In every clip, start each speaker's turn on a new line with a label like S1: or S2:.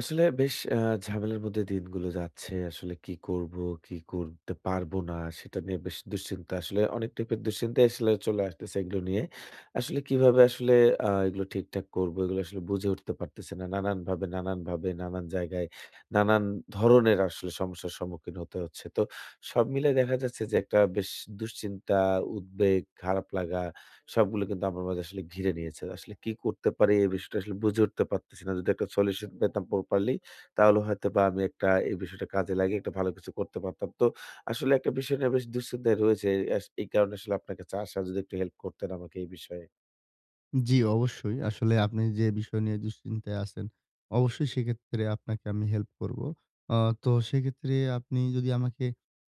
S1: আসলে বেশ ঝামেলার মধ্যে দিনগুলো যাচ্ছে। আসলে কি করব, কি করতে পারব না সেটা নিয়ে বেশ দুশ্চিন্তা। আসলে অনেক টাইপের দুশ্চিন্তাই আসলে চলে আসতেছে এগুলো নিয়ে। আসলে কিভাবে আসলে এগুলো ঠিকঠাক করব, এগুলো আসলে বুঝে উঠতে পারতেছি না। নানানভাবে, নানানভাবে, নানান ভাবে নানান জায়গায়, নানান ধরনের আসলে সমস্যার সম্মুখীন হতে হচ্ছে। তো সব মিলে দেখা যাচ্ছে যে একটা বেশ দুশ্চিন্তা, উদ্বেগ, খারাপ লাগা সবগুলো কিন্তু আমার মাঝে আসলে ঘিরে নিয়েছে। আসলে কি করতে পারি এই বিষয়টা আসলে বুঝে উঠতে পারতেছি না। যদি একটা সলিউশন পেতাম প্রপারলি তাহলে হয়তোবা আমি একটা এই বিষয়টা কাজে লাগিয়ে একটা ভালো কিছু করতে পারতাম। তো আসলে একটা বিষয় নিয়ে বেশ দুশ্চিন্তায় রয়েছে। এই কারণে আসলে আপনার কাছে আসা যদি একটু হেল্প করতেন আমাকে এই বিষয়ে।
S2: জি, অবশ্যই। আসলে আপনি যে বিষয় নিয়ে দুশ্চিন্তায় আছেন, অবশ্যই সেক্ষেত্রে আপনাকে আমি হেল্প করব। আ তো সেক্ষেত্রে আপনি যদি আমাকে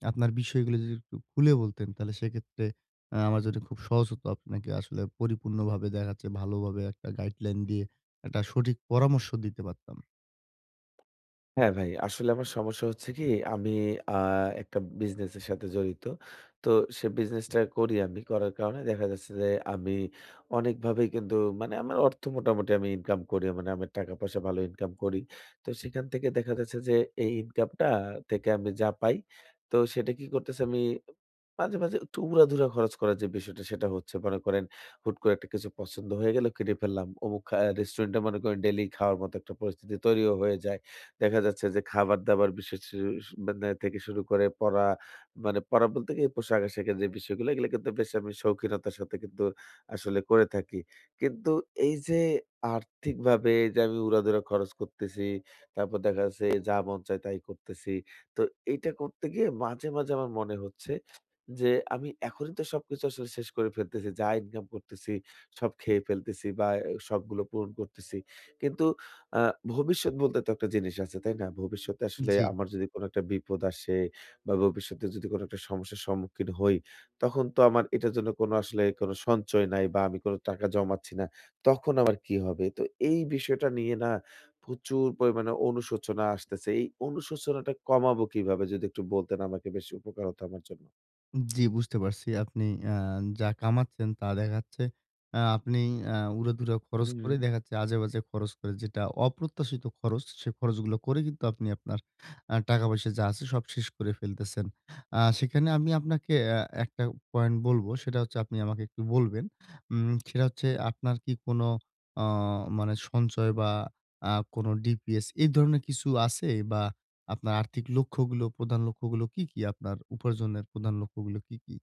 S2: আপনার বিষয়গুলো যদি একটু খুলে বলতেন, তাহলে সেক্ষেত্রে আমার জন্য খুব সহজ হতো আপনাকে আসলে পরিপূর্ণভাবে দেখা যাচ্ছে ভালোভাবে একটা গাইডলাইন দিয়ে একটা সঠিক পরামর্শ দিতে পারতাম।
S1: হ্যাঁ ভাই, আসলে আমার সমস্যা হচ্ছে কি আমি আ একটা বিজনেসের সাথে জড়িত। তো সে বিজনেসটা করি আমি। করার কারণে দেখা যাচ্ছে যে আমি অনেকভাবেই কিন্তু মানে আমার অর্থ মোটামুটি আমি ইনকাম করি। মানে আমার টাকা-পয়সা ভালো ইনকাম করি। তো সেখান থেকে দেখা যাচ্ছে যে এই ইনকামটা থেকে আমি যা পাই তো সেটা কি করতেছি আমি মাঝে, মাঝে একটু উড়াধুরা খরচ করার যে বিষয়টা সেটা হচ্ছে। মনে করেন হুট করে একটা কিছু পছন্দ হয়ে গেল কিনে ফেললাম। অমুক রেস্টুরেন্টে মনে করেন ডেইলি খাওয়ার মতো একটা পরিস্থিতি তৈরিও হয়ে যায়। দেখা যাচ্ছে যে খাবার-দাবার বিশেষ মানে থেকে শুরু করে পড়া, মানে পড়া বলতে কি পোশাক-আশাকের যে বিষয়গুলো এগুলো কিন্তু বেশ আমি শৌখিনতার সাথে কিন্তু আসলে করে থাকি। কিন্তু এই যে আর্থিকভাবে যে আমি উড়াধুরা খরচ করতেছি, তারপর দেখা যাচ্ছে যা মন চায় তাই করতেছি। তো এইটা করতে গিয়ে মাঝে, মাঝে আমার মনে হচ্ছে যে আমি এখনই তো সবকিছু আসলে শেষ করে ফেলতেছি। যা ইনকাম করতেছি সব খেয়ে ফেলতেছি বা শখগুলো পূরণ করতেছি। কিন্তু আ ভবিষ্যৎ বলতে তো একটা জিনিস আছে, তাই না? ভবিষ্যতে আসলে
S2: জি।
S1: আমার যদি কোনো একটা বিপদ আসে বা ভবিষ্যতে যদি কোনো একটা সমস্যার সম্মুখীন হই, তখন তো আমার এটার জন্য কোনো আসলে কোনো সঞ্চয় নাই বা আমি কোনো টাকা জমাচ্ছি না। তখন আমার কি হবে? তো এই বিষয়টা নিয়ে না প্রচুর পরিমাণে অনুশোচনা আসতেছে। এই অনুশোচনাটা কমাবো কিভাবে? যদি একটু বলতেন আমাকে বেশ উপকার হতো আমার জন্য।
S2: জি, বুঝতে পারছি। আপনি আ যা কামাচ্ছেন তা দেখা যাচ্ছে আপনি উড়াধুরা খরচ করে
S1: হুম।
S2: দেখা যাচ্ছে আজেবাজে খরচ করে, যেটা অপ্রত্যাশিত খরচ, সে খরচগুলো করে কিন্তু আপনি আপনার টাকা-পয়সা যা আছে সব শেষ করে ফেলতেছেন। সেখানে আমি আপনাকে একটা পয়েন্ট বলবো, সেটা হচ্ছে আপনি আমাকে একটু বলবেন। সেটা হচ্ছে, আপনার কি কোনো অ মানে সঞ্চয় বা কোনো ডিপিএস এই ধরনের কিছু আছে? বা আপনার আর্থিক লক্ষ্যগুলো, প্রধান লক্ষ্যগুলো কি, কি? আপনার উপার্জনের প্রধান লক্ষ্যগুলো কি, কি?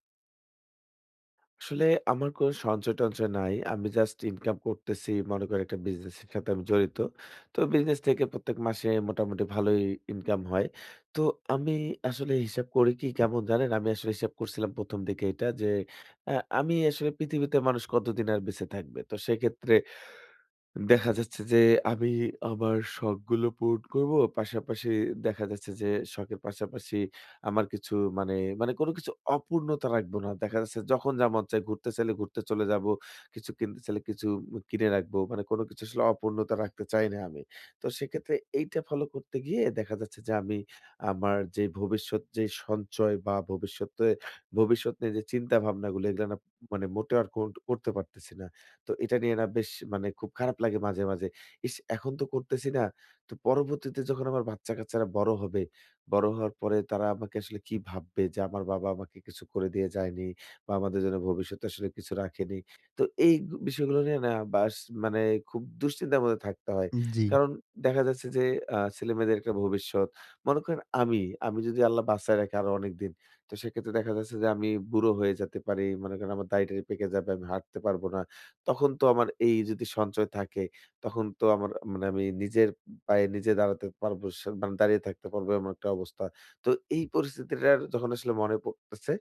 S1: আসলে আমার কোনো সঞ্চয়-টঞ্চয় নাই। আমি জাস্ট ইনকাম করতেছি। মনে করেন একটা বিজনেসের সাথে আমি জড়িত। তো বিজনেস থেকে প্রত্যেক মাসে মোটামুটি ভালোই ইনকাম হয়। তো আমি আসলে হিসাব করি কি কেমন জানেন? আমি আসলে হিসাব করছিলাম ১ম দিকে এটা যে, আ আমি আসলে পৃথিবীতে মানুষ কতদিন আর বেঁচে থাকবে? তো সেক্ষেত্রে দেখা যাচ্ছে যে আমি আমার শখগুলো পূরণ করব। পাশাপাশি দেখা যাচ্ছে যে শখের পাশাপাশি আমার কিছু মানে, মানে কোনো কিছু অপূর্ণতা রাখবো না। দেখা যাচ্ছে যখন যা মন চায় ঘুরতে চাইলে ঘুরতে চলে যাবো, কিছু কিনতে চাইলে কিছু কিনে রাখবো। মানে কোনো কিছু আসলে অপূর্ণতা রাখতে চাই না আমি। তো সেক্ষেত্রে এইটা ফলো করতে গিয়ে দেখা যাচ্ছে যে আমি আমার যে ভবিষ্যৎ যে সঞ্চয় বা ভবিষ্যতে ভবিষ্যৎ নিয়ে যে চিন্তা ভাবনাগুলো এগুলা না মানে মোটেও আর কোন করতে পারতেছি না। তো এটা নিয়ে না বেশ মানে খুব খারাপ লাগে মাঝে, মাঝে। ইস! এখন তো করতেছি না। তো পরবর্তীতে যখন আমার বাচ্চা-কাচ্চারা বড় হবে, বড় হওয়ার পরে তারা আমাকে আসলে কি ভাববে যে আমার বাবা আমাকে কিছু করে দিয়ে যায়নি বা আমাদের জন্য ভবিষ্যতে আসলে কিছু রাখেনি। তো এই বিষয়গুলো নিয়ে না মানে খুব দুশ্চিন্তার মধ্যে থাকতে হয়।
S2: জি।
S1: কারণ দেখা যাচ্ছে যে ছেলেমেয়েদের একটা ভবিষ্যৎ। মনে করেন আমি, আমি যদি আল্লাহ বাঁচায় রাখে আরো অনেকদিন, তো সেক্ষেত্রে দেখা যাচ্ছে যে আমি বুড়ো হয়ে যেতে পারি। মনে করেন আমার দাড়ি-টাড়ি পেকে যাবে, আমি হাঁটতে পারব না। তখন তো আমার এই যদি সঞ্চয় থাকে, তখন তো আমার মানে আমি নিজের পায়ে নিজে দাঁড়াতে পারবো মানে দাঁড়িয়ে থাকতে পারবো এমন একটা অবস্থা। তো এই পরিস্থিতিটার যখন আসলে মনে পড়তেছে,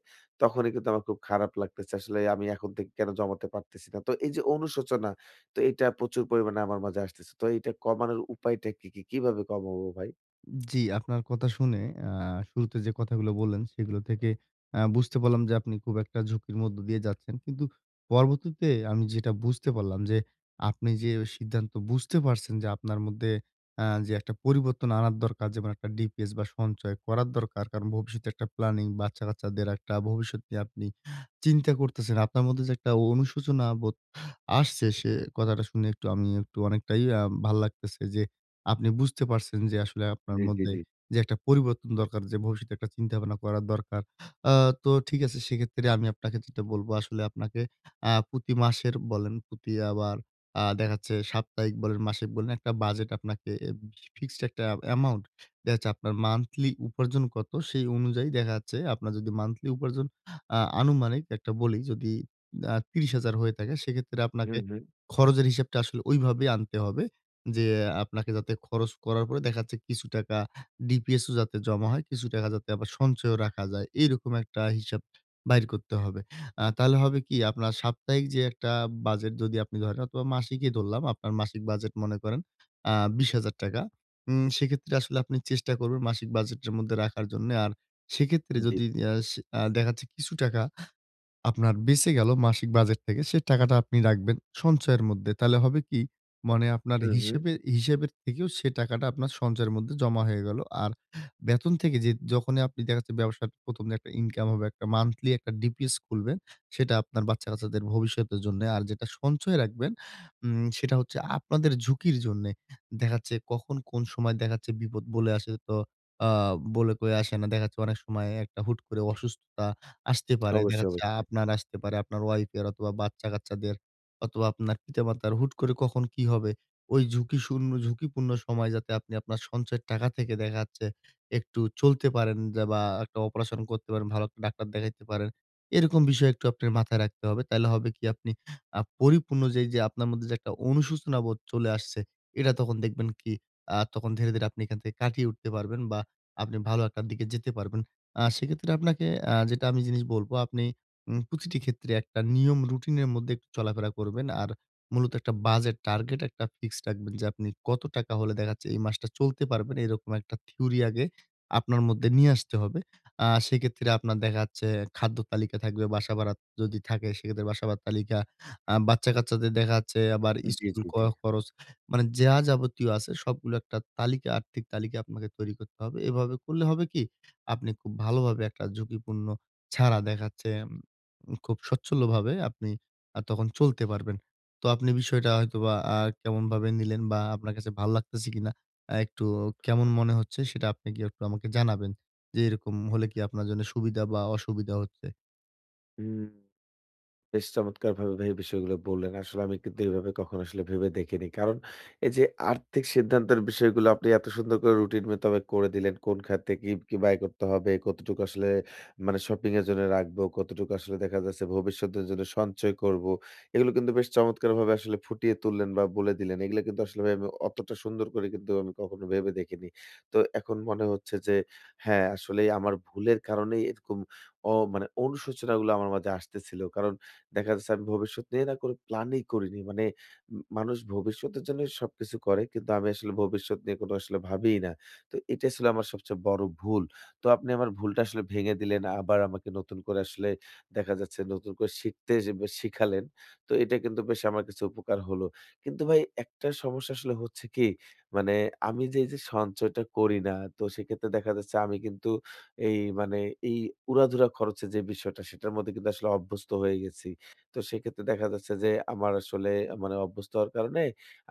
S1: তখনই কিন্তু আমার খুব খারাপ লাগতেছে। আসলে আমি এখন থেকে কেন জমাতে পারতেছি না। তো এই যে অনুশোচনা, তো এটা প্রচুর পরিমাণে আমার মাঝে আসতেছে। তো এটা কমানোর উপায়টা কি, কি কিভাবে কমাবো ভাই?
S2: জি, আপনার কথা শুনে আ শুরুতে যে কথাগুলো বললেন সেগুলো থেকে বুঝতে পারলাম যে আপনি খুব একটা ঝুঁকির মধ্য দিয়ে যাচ্ছেন। কিন্তু পরবর্তীতে আমি যেটা বুঝতে পারলাম যে আপনি যে সিদ্ধান্ত বুঝতে পারছেন যে আপনার মধ্যে যে একটা পরিবর্তন আনার দরকার, যেমন একটা ডিপিএস বা সঞ্চয় করার দরকার। কারণ ভবিষ্যতে একটা প্ল্যানিং, বাচ্চা-কাচ্চাদের একটা ভবিষ্যৎ নিয়ে আপনি চিন্তা করতেছেন। আপনার মধ্যে যে একটা অনুশোচনা বোধ আসছে, সে কথাটা শুনে একটু আমি একটু অনেকটাই ভাল লাগতেছে যে আপনি বুঝতে পারছেন যে আসলে আপনার
S1: জি, জি,
S2: মধ্যে
S1: জি।
S2: যে একটা পরিবর্তন দরকার, যে ভবিষ্যতে একটা চিন্তাভাবনা করার দরকার। আ তো ঠিক আছে, সেক্ষেত্রে আমি আপনাকে যেটা বলব, আসলে আপনাকে প্রতি মাসের বলেন, প্রতি আবার দেখা যাচ্ছে সাপ্তাহিক বলেন, মাসিক বলেন একটা বাজেট আপনাকে, এ ফিক্সড একটা অ্যামাউন্ট, দেখা যাচ্ছে আপনার মান্থলি উপার্জন কত সেই অনুযায়ী। দেখা যাচ্ছে আপনার যদি মান্থলি উপার্জন আনুমানিক একটা বলি, যদি ৩০,০০০ হয়ে থাকে, সেক্ষেত্রে আপনাকে
S1: হুম, হুম।
S2: খরচের হিসাবটা আসলে ওইভাবেই আনতে হবে। যে আপনাকে যাতে খরচ করার পরে দেখা যাচ্ছে কিছু টাকা ডিপিএস ও যাতে জমা হয়, কিছু টাকা যাতে আবার সঞ্চয়ও রাখা যায়। এইরকম একটা হিসাব বাইর করতে হবে। তাহলে হবে কি, আপনার সাপ্তাহিক যে একটা বাজেট যদি আপনি ধরেন, অথবা মাসিকই ধরলাম, আপনার মাসিক বাজেট মনে করেন ২০,০০০। সেক্ষেত্রে আসলে আপনি চেষ্টা করবেন মাসিক বাজেটের মধ্যে রাখার জন্যে। আর সেক্ষেত্রে
S1: জি।
S2: যদি সে দেখা যাচ্ছে কিছু টাকা আপনার বেঁচে গেল মাসিক বাজেট থেকে, সে টাকাটা আপনি রাখবেন সঞ্চয়ের মধ্যে। তাহলে হবে কি? মানে আপনার
S1: হুম, হুম।
S2: হিসেবে, হিসেবের থেকেও সে টাকাটা আপনার সঞ্চয়ের মধ্যে জমা হয়ে গেল। আর বেতন থেকে, যে যখনই আপনি দেখা যাচ্ছে ব্যবসার ১ম যে একটা ইনকাম হবে, একটা মান্থলি একটা ডিপিএস খুলবেন, সেটা আপনার বাচ্চা-কাচ্চাদের ভবিষ্যতের জন্যে। আর যেটা সঞ্চয় রাখবেন, সেটা হচ্ছে আপনাদের ঝুঁকির জন্যে। দেখা যাচ্ছে কখন কোন সময় দেখা যাচ্ছে বিপদ বলে আসে, তো আ বলে কয়ে আসে না। দেখা যাচ্ছে অনেক সময় একটা হুট করে অসুস্থতা আসতে পারে। দেখা
S1: অবশ্যই,
S2: যাচ্ছে
S1: অবশ্যই।
S2: আপনার আসতে পারে, আপনার ওয়াইফের অথবা বাচ্চা-কাচ্চাদের অথবা আপনার পিতামাতার, হুট করে কখন কি হবে? ওই ঝুঁকি শূন্য, ঝুঁকিপূর্ণ সময়, যাতে আপনি আপনার সঞ্চয়ের টাকা থেকে দেখা যাচ্ছে একটু চলতে পারেন, যা বা একটা অপারেশন করতে পারেন, ভালো একটা ডাক্তার দেখাইতে পারেন। এরকম বিষয় একটু আপনার মাথায় রাখতে হবে। তাইলে হবে কি, আপনি পরিপূর্ণ, যেই যে আপনার মধ্যে যে একটা অনুশোচনা বোধ চলে আসছে, এটা তখন দেখবেন কি, তখন ধীরে, ধীরে আপনি এখান থেকে কাটিয়ে উঠতে পারবেন, বা আপনি ভালো একটার দিকে যেতে পারবেন। সেক্ষেত্রে আপনাকে যেটা আমি জিনিস বলব, আপনি প্রতিটি ক্ষেত্রে একটা নিয়ম রুটিনের মধ্যে একটু চলাফেরা করবেন। আর মূলত একটা বাজেট টার্গেট, একটা ফিক্সড রাখবেন যে, আপনি কত টাকা হলে দেখা যাচ্ছে এই মাসটা চলতে পারবেন, এরকম একটা থিওরি আগে আপনার মধ্যে নিয়ে আসতে হবে। সেক্ষেত্রে আপনার দেখা যাচ্ছে খাদ্য তালিকা থাকবে, বাসা ভাড়া যদি থাকে সেক্ষেত্রে বাসা ভাড়ার তালিকা, বাচ্চা-কাচ্চাদের দেখা যাচ্ছে আবার
S1: জি,
S2: স্কুল
S1: জি, জি।
S2: খরচ, মানে যা যাবতীয় আছে সবগুলো একটা তালিকা, আর্থিক তালিকা আপনাকে তৈরি করতে হবে। এভাবে করলে হবে কি, আপনি খুব ভালোভাবে একটা ঝুঁকিপূর্ণ ছাড়া দেখাচ্ছে খুব স্বচ্ছলভাবে আপনি তখন চলতে পারবেন। তো আপনি বিষয়টা হয়তোবা কেমনভাবে নিলেন, বা আপনার কাছে ভাল লাগতেছে কিনা, একটু কেমন মনে হচ্ছে, সেটা আপনি কি একটু আমাকে জানাবেন? যে এরকম হলে কি আপনার জন্য সুবিধা বা অসুবিধা হচ্ছে?
S1: হুম। বেশ চমৎকারভাবে ভাই বিষয়গুলো বললেন। আসলে আমি কিন্তু এভাবে কখনো আসলে ভেবে দেখিনি। কারণ এই যে আর্থিক সিদ্ধান্তের বিষয়গুলো আপনি এত সুন্দর করে রুটিন মোতাবেক করে দিলেন। কোন খাতে কি, কি ব্যয় করতে হবে, কতটুকু আসলে মানে শপিং এর জন্য রাখবো, কতটুকু আসলে দেখা যাচ্ছে ভবিষ্যতের জন্য সঞ্চয় করব। এগুলো কিন্তু বেশ চমৎকারভাবে আসলে ফুটিয়ে তুললেন বা বলে দিলেন। এগুলো কিন্তু আসলে ভাই আমি অতটা সুন্দর করে কিন্তু আমি কখনো ভেবে দেখিনি। তো এখন মনে হচ্ছে যে হ্যাঁ, আসলেই আমার ভুলের কারণেই এরকম মানে অনুশোচনাগুলো আমার মাঝে আসতেছিল। কারণ দেখা যাচ্ছে আমি ভবিষ্যৎ নিয়ে না কোনো প্ল্যানই করিনি। মানে মানুষ ভবিষ্যতের জন্য সবকিছু করে। কিন্তু আমি আসলে ভবিষ্যৎ নিয়ে কোনো আসলে ভাবিই না। তো এটা ছিল আমার সবচেয়ে বড় ভুল। তো আপনি আমার ভুলটা আসলে ভেঙে দিলেন। আবার আমাকে নতুন করে আসলে দেখা যাচ্ছে নতুন করে শিখতে যে শিখালেন। তো এটা কিন্তু বেশ আমার কাছে উপকার হলো। কিন্তু ভাই একটা সমস্যা আসলে হচ্ছে কি, মানে আমি যে এই যে সঞ্চয়টা করি না, তো সেক্ষেত্রে দেখা যাচ্ছে আমি কিন্তু এই মানে এই উড়াধুরা খরচের যে বিষয়টা সেটার মধ্যে কিন্তু আসলে অভ্যস্ত হয়ে গেছি। তো সেক্ষেত্রে দেখা যাচ্ছে যে আমার আসলে মানে অভ্যস্ত হওয়ার কারণে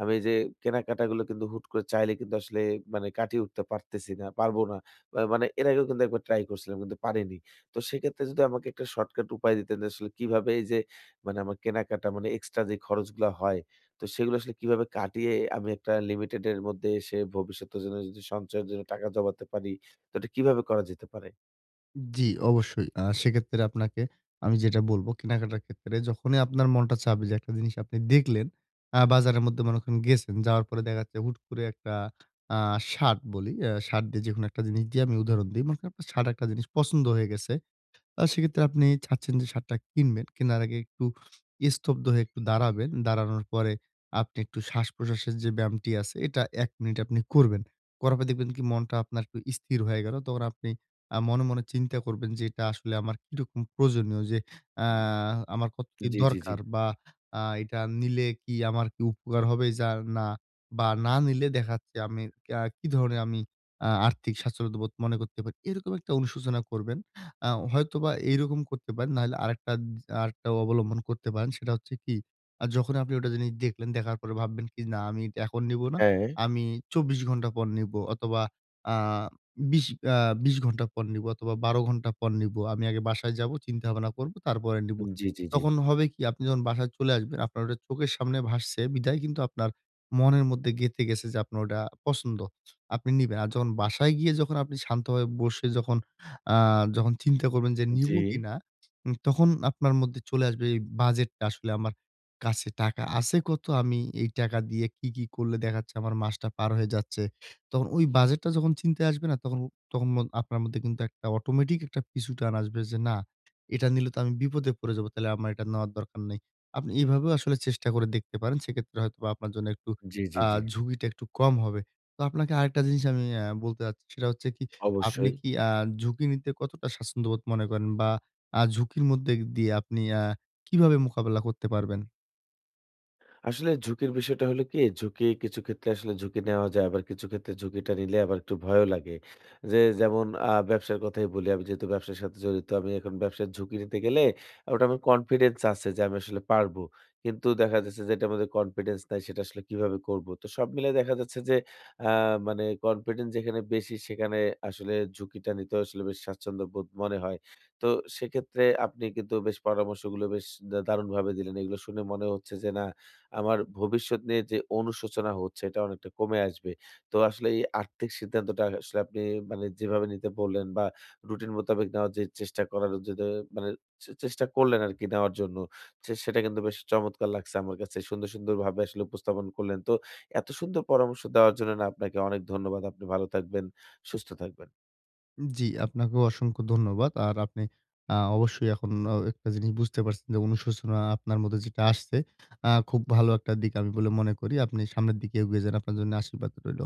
S1: আমি যে কেনাকাটাগুলো কিন্তু হুট করে চাইলে কিন্তু আসলে মানে কাটিয়ে উঠতে পারতেছি না, পারবো না। মানে এর আগেও কিন্তু একবার ট্রাই করছিলাম কিন্তু পারিনি। তো সেক্ষেত্রে যদি আমাকে একটা শর্টকাট উপায় দিতেন যে আসলে কিভাবে এই যে মানে আমার কেনাকাটা মানে এক্সট্রা যে খরচগুলা হয়, তো সেগুলো আসলে কিভাবে কাটিয়ে আমি একটা লিমিটেড এর মধ্যে এসে ভবিষ্যতের জন্য যদি সঞ্চয়ের জন্য টাকা জমাতে পারি, তো এটা কিভাবে করা যেতে পারে?
S2: জি, অবশ্যই। সেক্ষেত্রে আপনাকে আমি যেটা বলব, কেনাকাটার ক্ষেত্রে যখনই আপনার মনটা চাবে যে একটা জিনিস আপনি দেখলেন, বাজারের মধ্যে মনে করেন গেছেন। যাওয়ার পরে দেখা যাচ্ছে হুট করে একটা আ শার্ট বলি, শার্ট দিয়ে, যেকোনো একটা জিনিস দিয়ে আমি উদাহরণ দিই। মনে করেন আপনার শার্ট একটা জিনিস পছন্দ হয়ে গেছে। সেক্ষেত্রে আপনি চাচ্ছেন যে শার্টটা কিনবেন। কেনার আগে একটু স্তব্ধ হয়ে একটু দাঁড়াবেন। দাঁড়ানোর পরে আপনি একটু শ্বাসপ্রশ্বাসের যে ব্যায়ামটি আছে, এটা ১ মিনিট আপনি করবেন। করার পর দেখবেন কি মনটা আপনার একটু স্থির হয়ে গেল। তখন আপনি মনে, মনে চিন্তা করবেন যে এটা আসলে আমার কিরকম প্রয়োজনীয়, যে আ আমার কতটি
S1: জি, জি, জি।
S2: দরকার, বা এটা নিলে কি আমার কি উপকার হবে, যা না, বা না নিলে দেখা যাচ্ছে আমি কি ধরনের আমি আর্থিক স্বাচ্ছন্দ্যবোধ মনে করতে পারি। এরকম একটা অনুশোচনা করবেন। আ হয়তোবা এইরকম করতে পারেন। নাহলে আরেকটা আরেকটা অবলম্বন করতে পারেন। সেটা হচ্ছে কি, যখন আপনি ওটা জিনিস দেখলেন, দেখার পরে ভাববেন কি, "না, আমি এটা এখন নিবো না।
S1: হ্যাঁ।
S2: আমি ২৪ ঘন্টা পর নিবো, অথবা আ ২০, আ ২০ ঘন্টা পর নিবো, অথবা ১২ ঘন্টা পর নিবো। আমি আগে বাসায় যাবো, চিন্তাভাবনা করবো, তারপরে নিবো।"
S1: জি, জি, জি।
S2: তখন হবে কি, আপনি যখন বাসায় চলে আসবেন, আপনার ওটা চোখের সামনে ভাসছে বিধায় কিন্তু আপনার মনের মধ্যে গেঁথে গেছে যে আপনার ওটা পছন্দ। আপনি নিবেন। আর যখন বাসায় গিয়ে, যখন আপনি শান্তভাবে বসে আ যখন চিন্তা করবেন যে
S1: জি,
S2: নিবো কিনা, তখন আপনার মধ্যে চলে আসবে, এই বাজেটটা আসলে, আমার কাছে টাকা আছে কত? আমি এই টাকা দিয়ে কি, কি করলে দেখা যাচ্ছে আমার মাসটা পার হয়ে যাচ্ছে। তখন ওই বাজেটটা যখন চিন্তায় আসবে, না তখন, তখন মন আপনার মধ্যে কিন্তু একটা অটোমেটিক একটা পিছু টান আসবে যে, না, এটা নিলে তো আমি বিপদে পড়ে যাবো। তাহলে আমার এটা নেওয়ার দরকার নেই। আপনি এভাবেও আসলে চেষ্টা করে দেখতে পারেন। সেক্ষেত্রে হয়তোবা আপনার জন্য একটু
S1: জি, জি,
S2: আ
S1: জি।
S2: ঝুঁকিটা একটু কম হবে। তো আপনাকে আরেকটা জিনিস আমি বলতে চাচ্ছি, সেটা হচ্ছে কি, আপনি
S1: অবশ্যই।
S2: কি ঝুঁকি নিতে কতটা স্বাচ্ছন্দ্যবোধ মনে করেন? বা ঝুঁকির মধ্যে দিয়ে আপনি কিভাবে মোকাবেলা করতে পারবেন?
S1: আসলে ঝুঁকির বিষয়টা হলো কি, ঝুঁকি কিছু ক্ষেত্রে আসলে ঝুঁকি নেওয়া যায়। আবার কিছু ক্ষেত্রে ঝুঁকিটা নিলে আবার একটু ভয়ও লাগে। যে যেমন ব্যবসার কথাই বলি। আমি যেহেতু ব্যবসার সাথে জড়িত, আমি এখন ব্যবসার ঝুঁকি নিতে গেলে ওটা আমার কনফিডেন্স আছে যে আমি আসলে পারবো। কিন্তু দেখা যাচ্ছে যে এটার মধ্যে কনফিডেন্স নাই সেটা আসলে কিভাবে করব? তো সব মিলে দেখা যাচ্ছে যে আ মানে কনফিডেন্স যেখানে বেশি সেখানে আসলে ঝুঁকিটা নিতে আসলে বেশ স্বাচ্ছন্দ্য বোধ মনে হয়। তো সেক্ষেত্রে আপনি কিন্তু বেশ পরামর্শগুলো বেশ দারুণভাবে দিলেন। এগুলো শুনে মনে হচ্ছে যে না আমার ভবিষ্যৎ নিয়ে যে অনুশোচনা হচ্ছে এটা অনেকটা কমে আসবে। তো আসলে এই আর্থিক সিদ্ধান্তটা আসলে আপনি মানে যেভাবে নিতে বললেন বা রুটিন মোতাবেক নেওয়ার যে চেষ্টা করার যদি মানে চেষ্টা করলেন আরকি নেওয়ার জন্য। সেটা কিন্তু বেশ চমৎকার লাগছে আমার কাছে। সুন্দর, সুন্দরভাবে আসলে উপস্থাপন করলেন। তো এত সুন্দর পরামর্শ দেওয়ার জন্য না আপনাকে অনেক ধন্যবাদ। আপনি ভালো থাকবেন, সুস্থ থাকবেন।
S2: জি, আপনাকেও অসংখ্য ধন্যবাদ। আর আপনি অবশ্যই এখন একটা জিনিস বুঝতে পারছেন যে, অনুশোচনা আপনার মধ্যে যেটা আসছে, খুব ভালো একটা দিক আমি বলে মনে করি। আপনি সামনের দিকে এগিয়ে যান। আপনার জন্য আশীর্বাদ রইল।